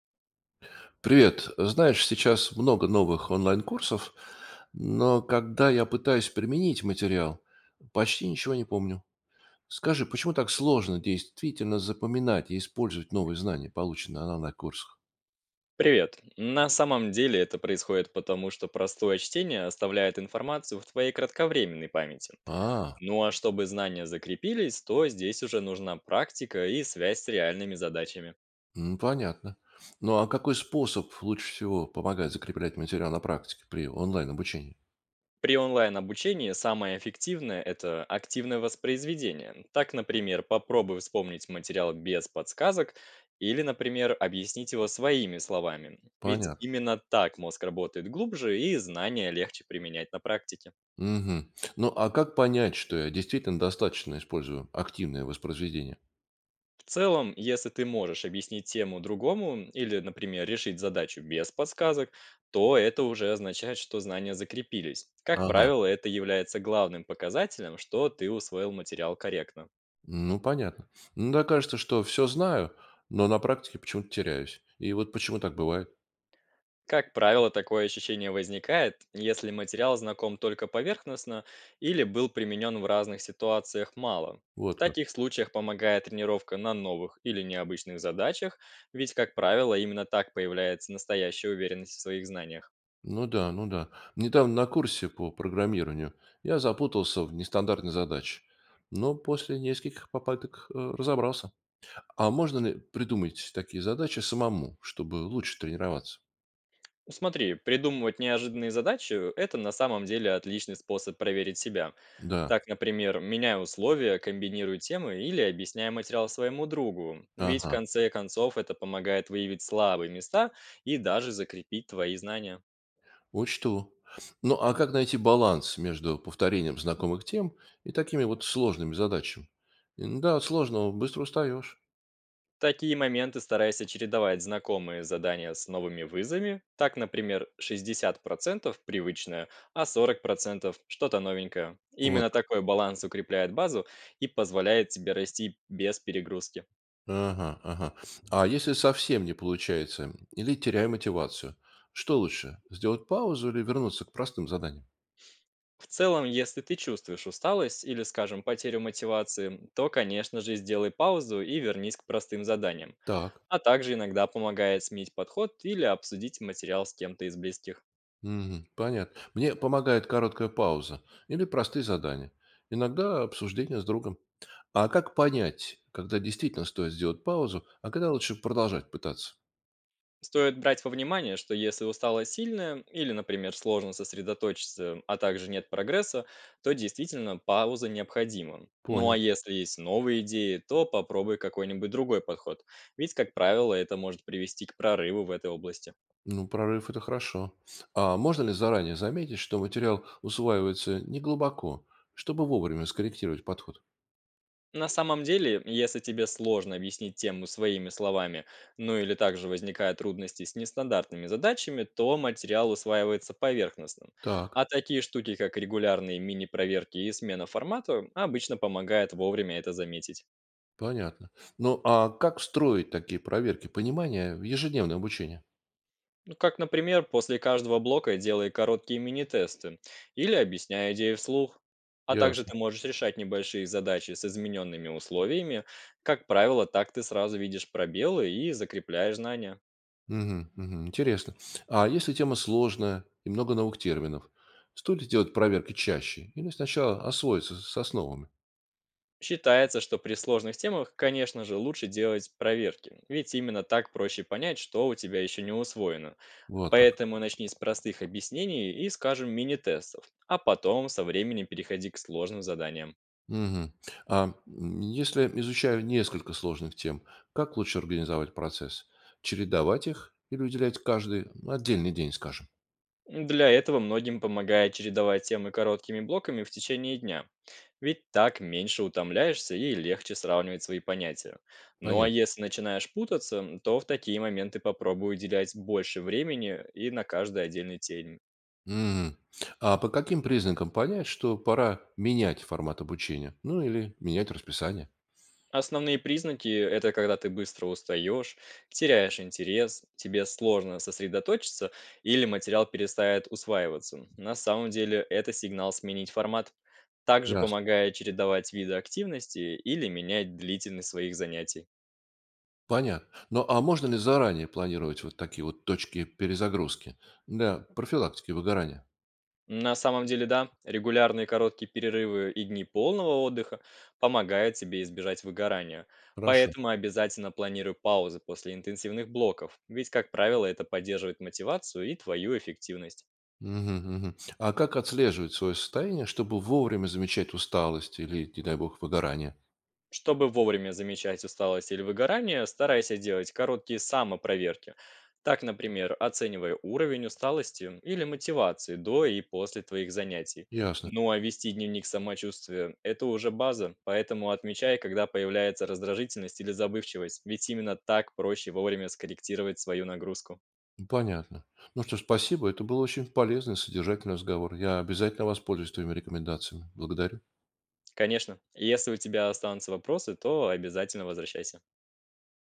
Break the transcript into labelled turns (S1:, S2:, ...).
S1: Привет. Знаешь, сейчас много новых онлайн-курсов, но когда я пытаюсь применить материал, почти ничего не помню. Скажи, почему так сложно действительно запоминать и использовать новые знания, полученные на онлайн-курсах?
S2: Привет. На самом деле это происходит потому, что простое чтение оставляет информацию в твоей кратковременной памяти.
S1: А,
S2: Ну а чтобы знания закрепились, то здесь уже нужна практика и связь с реальными задачами.
S1: понятно. Ну а какой способ лучше всего помогает закреплять материал на практике при онлайн-обучении?
S2: При онлайн-обучении самое эффективное– это активное воспроизведение. Так, например, попробуй вспомнить материал без подсказок или, например, объяснить его своими словами. Ведь
S1: Понятно.
S2: именно так мозг работает глубже и знания легче применять на практике.
S1: Мгм. Ну а как понять, что я действительно достаточно использую активное воспроизведение?
S2: В целом, если ты можешь объяснить тему другому или, например, решить задачу без подсказок, то это уже означает, что знания закрепились. Как
S1: Ага.
S2: правило, это является главным показателем, что ты усвоил материал корректно.
S1: Ну, понятно. Иногда кажется, что все знаю, но на практике почему-то теряюсь. И вот почему так бывает.
S2: Как правило, такое ощущение возникает, если материал знаком только поверхностно или был применен в разных ситуациях мало. В
S1: Вот как.
S2: таких случаях помогает тренировка на новых или необычных задачах, ведь, как правило, именно так появляется настоящая уверенность в своих знаниях.
S1: Ну да, ну да. Недавно на курсе по программированию я запутался в нестандартной задаче. Но после нескольких попыток разобрался. А можно ли придумать такие задачи самому, чтобы лучше тренироваться?
S2: Смотри, придумывать неожиданные задачи– это на самом деле отличный способ проверить себя.
S1: Да,
S2: Так, например, меняя условия, комбинирую темы или объясняя материал своему другу. Ведь в
S1: ага,
S2: конце концов это помогает выявить слабые места и даже закрепить твои знания.
S1: учту. Ну а как найти баланс между повторением знакомых тем и такими вот сложными задачами? Да, от сложного быстро устаешь.
S2: Такие моменты старайся чередовать знакомые задания с новыми вызовами. Так, например, 60% привычное, а 40% что-то новенькое. Именно
S1: Вот как.
S2: такой баланс укрепляет базу и позволяет тебе расти без перегрузки.
S1: Ага, ага. А если совсем не получается или теряю мотивацию, что лучше, сделать паузу или вернуться к простым заданиям?
S2: В целом, если ты чувствуешь усталость или, скажем, потерю мотивации, то, конечно же, сделай паузу и вернись к простым заданиям.
S1: Так,
S2: А также иногда помогает сменить подход или обсудить материал с кем-то из близких.
S1: мгм, понятно. Мне помогает короткая пауза или простые задания. Иногда обсуждение с другом. А как понять, когда действительно стоит сделать паузу, а когда лучше продолжать пытаться?
S2: Стоит брать во внимание, что если усталость сильная или, например, сложно сосредоточиться, а также нет прогресса, то действительно пауза необходима. Ну а
S1: Понял.
S2: если есть новые идеи, то попробуй какой-нибудь другой подход, ведь, как правило, это может привести к прорыву в этой области.
S1: Ну, прорыв– это хорошо. А можно ли заранее заметить, что материал усваивается неглубоко, чтобы вовремя скорректировать подход?
S2: На самом деле, если тебе сложно объяснить тему своими словами, ну или также возникают трудности с нестандартными задачами, то материал усваивается поверхностным. А
S1: Так.
S2: такие штуки, как регулярные мини-проверки и смена формата, обычно помогает вовремя это заметить.
S1: Понятно. Ну, а как строить такие проверки понимания в ежедневное обучение?
S2: Ну, как, например, после каждого блока делай короткие мини-тесты или объясняй идеи вслух. А также
S1: Ясно.
S2: ты можешь решать небольшие задачи с измененными условиями. Как правило, так ты сразу видишь пробелы и закрепляешь знания.
S1: Мгм, мгм. Интересно. А если тема сложная и много новых терминов, стоит ли делать проверки чаще или сначала освоиться с основами?
S2: Считается, что при сложных темах, конечно же, лучше делать проверки, ведь именно так проще понять, что у тебя еще не усвоено.
S1: Вот как.
S2: Поэтому начни с простых объяснений и, скажем, мини-тестов, а потом со временем переходи к сложным заданиям.
S1: Мгм. А если изучаю несколько сложных тем, как лучше организовать процесс? Чередовать их или уделять каждый отдельный день, скажем?
S2: Для этого многим помогает чередовать темы короткими блоками в течение дня, ведь так меньше утомляешься и легче сравнивать свои понятия. Ну а
S1: Понятно.
S2: если начинаешь путаться, то в такие моменты попробуй уделять больше времени и на каждой отдельной теме.
S1: Мгм. А по каким признакам понять, что пора менять формат обучения? Ну, или менять расписание?
S2: Основные признаки– это когда ты быстро устаешь, теряешь интерес, тебе сложно сосредоточиться или материал перестает усваиваться. На самом деле это сигнал сменить формат, также
S1: Ясно.
S2: помогая чередовать виды активности или менять длительность своих занятий.
S1: Понятно. Ну, а можно ли заранее планировать вот такие вот точки перезагрузки для профилактики выгорания?
S2: На самом деле, да, регулярные короткие перерывы и дни полного отдыха помогают тебе избежать выгорания.
S1: Хорошо.
S2: Поэтому обязательно планируй паузы после интенсивных блоков, ведь, как правило, это поддерживает мотивацию и твою эффективность.
S1: Мгм, мгм. А как отслеживать свое состояние, чтобы вовремя замечать усталость или, не дай бог, выгорание?
S2: Чтобы вовремя замечать усталость или выгорание, старайся делать короткие самопроверки. Так, например, оценивая уровень усталости или мотивации до и после твоих занятий.
S1: Ясно.
S2: Ну а вести дневник самочувствия– это уже база, поэтому отмечай, когда появляется раздражительность или забывчивость, ведь именно так проще вовремя скорректировать свою нагрузку.
S1: Понятно. Ну что ж, спасибо. Это был очень полезный, содержательный разговор. Я обязательно воспользуюсь твоими рекомендациями. Благодарю.
S2: Конечно, если у тебя останутся вопросы, то обязательно возвращайся.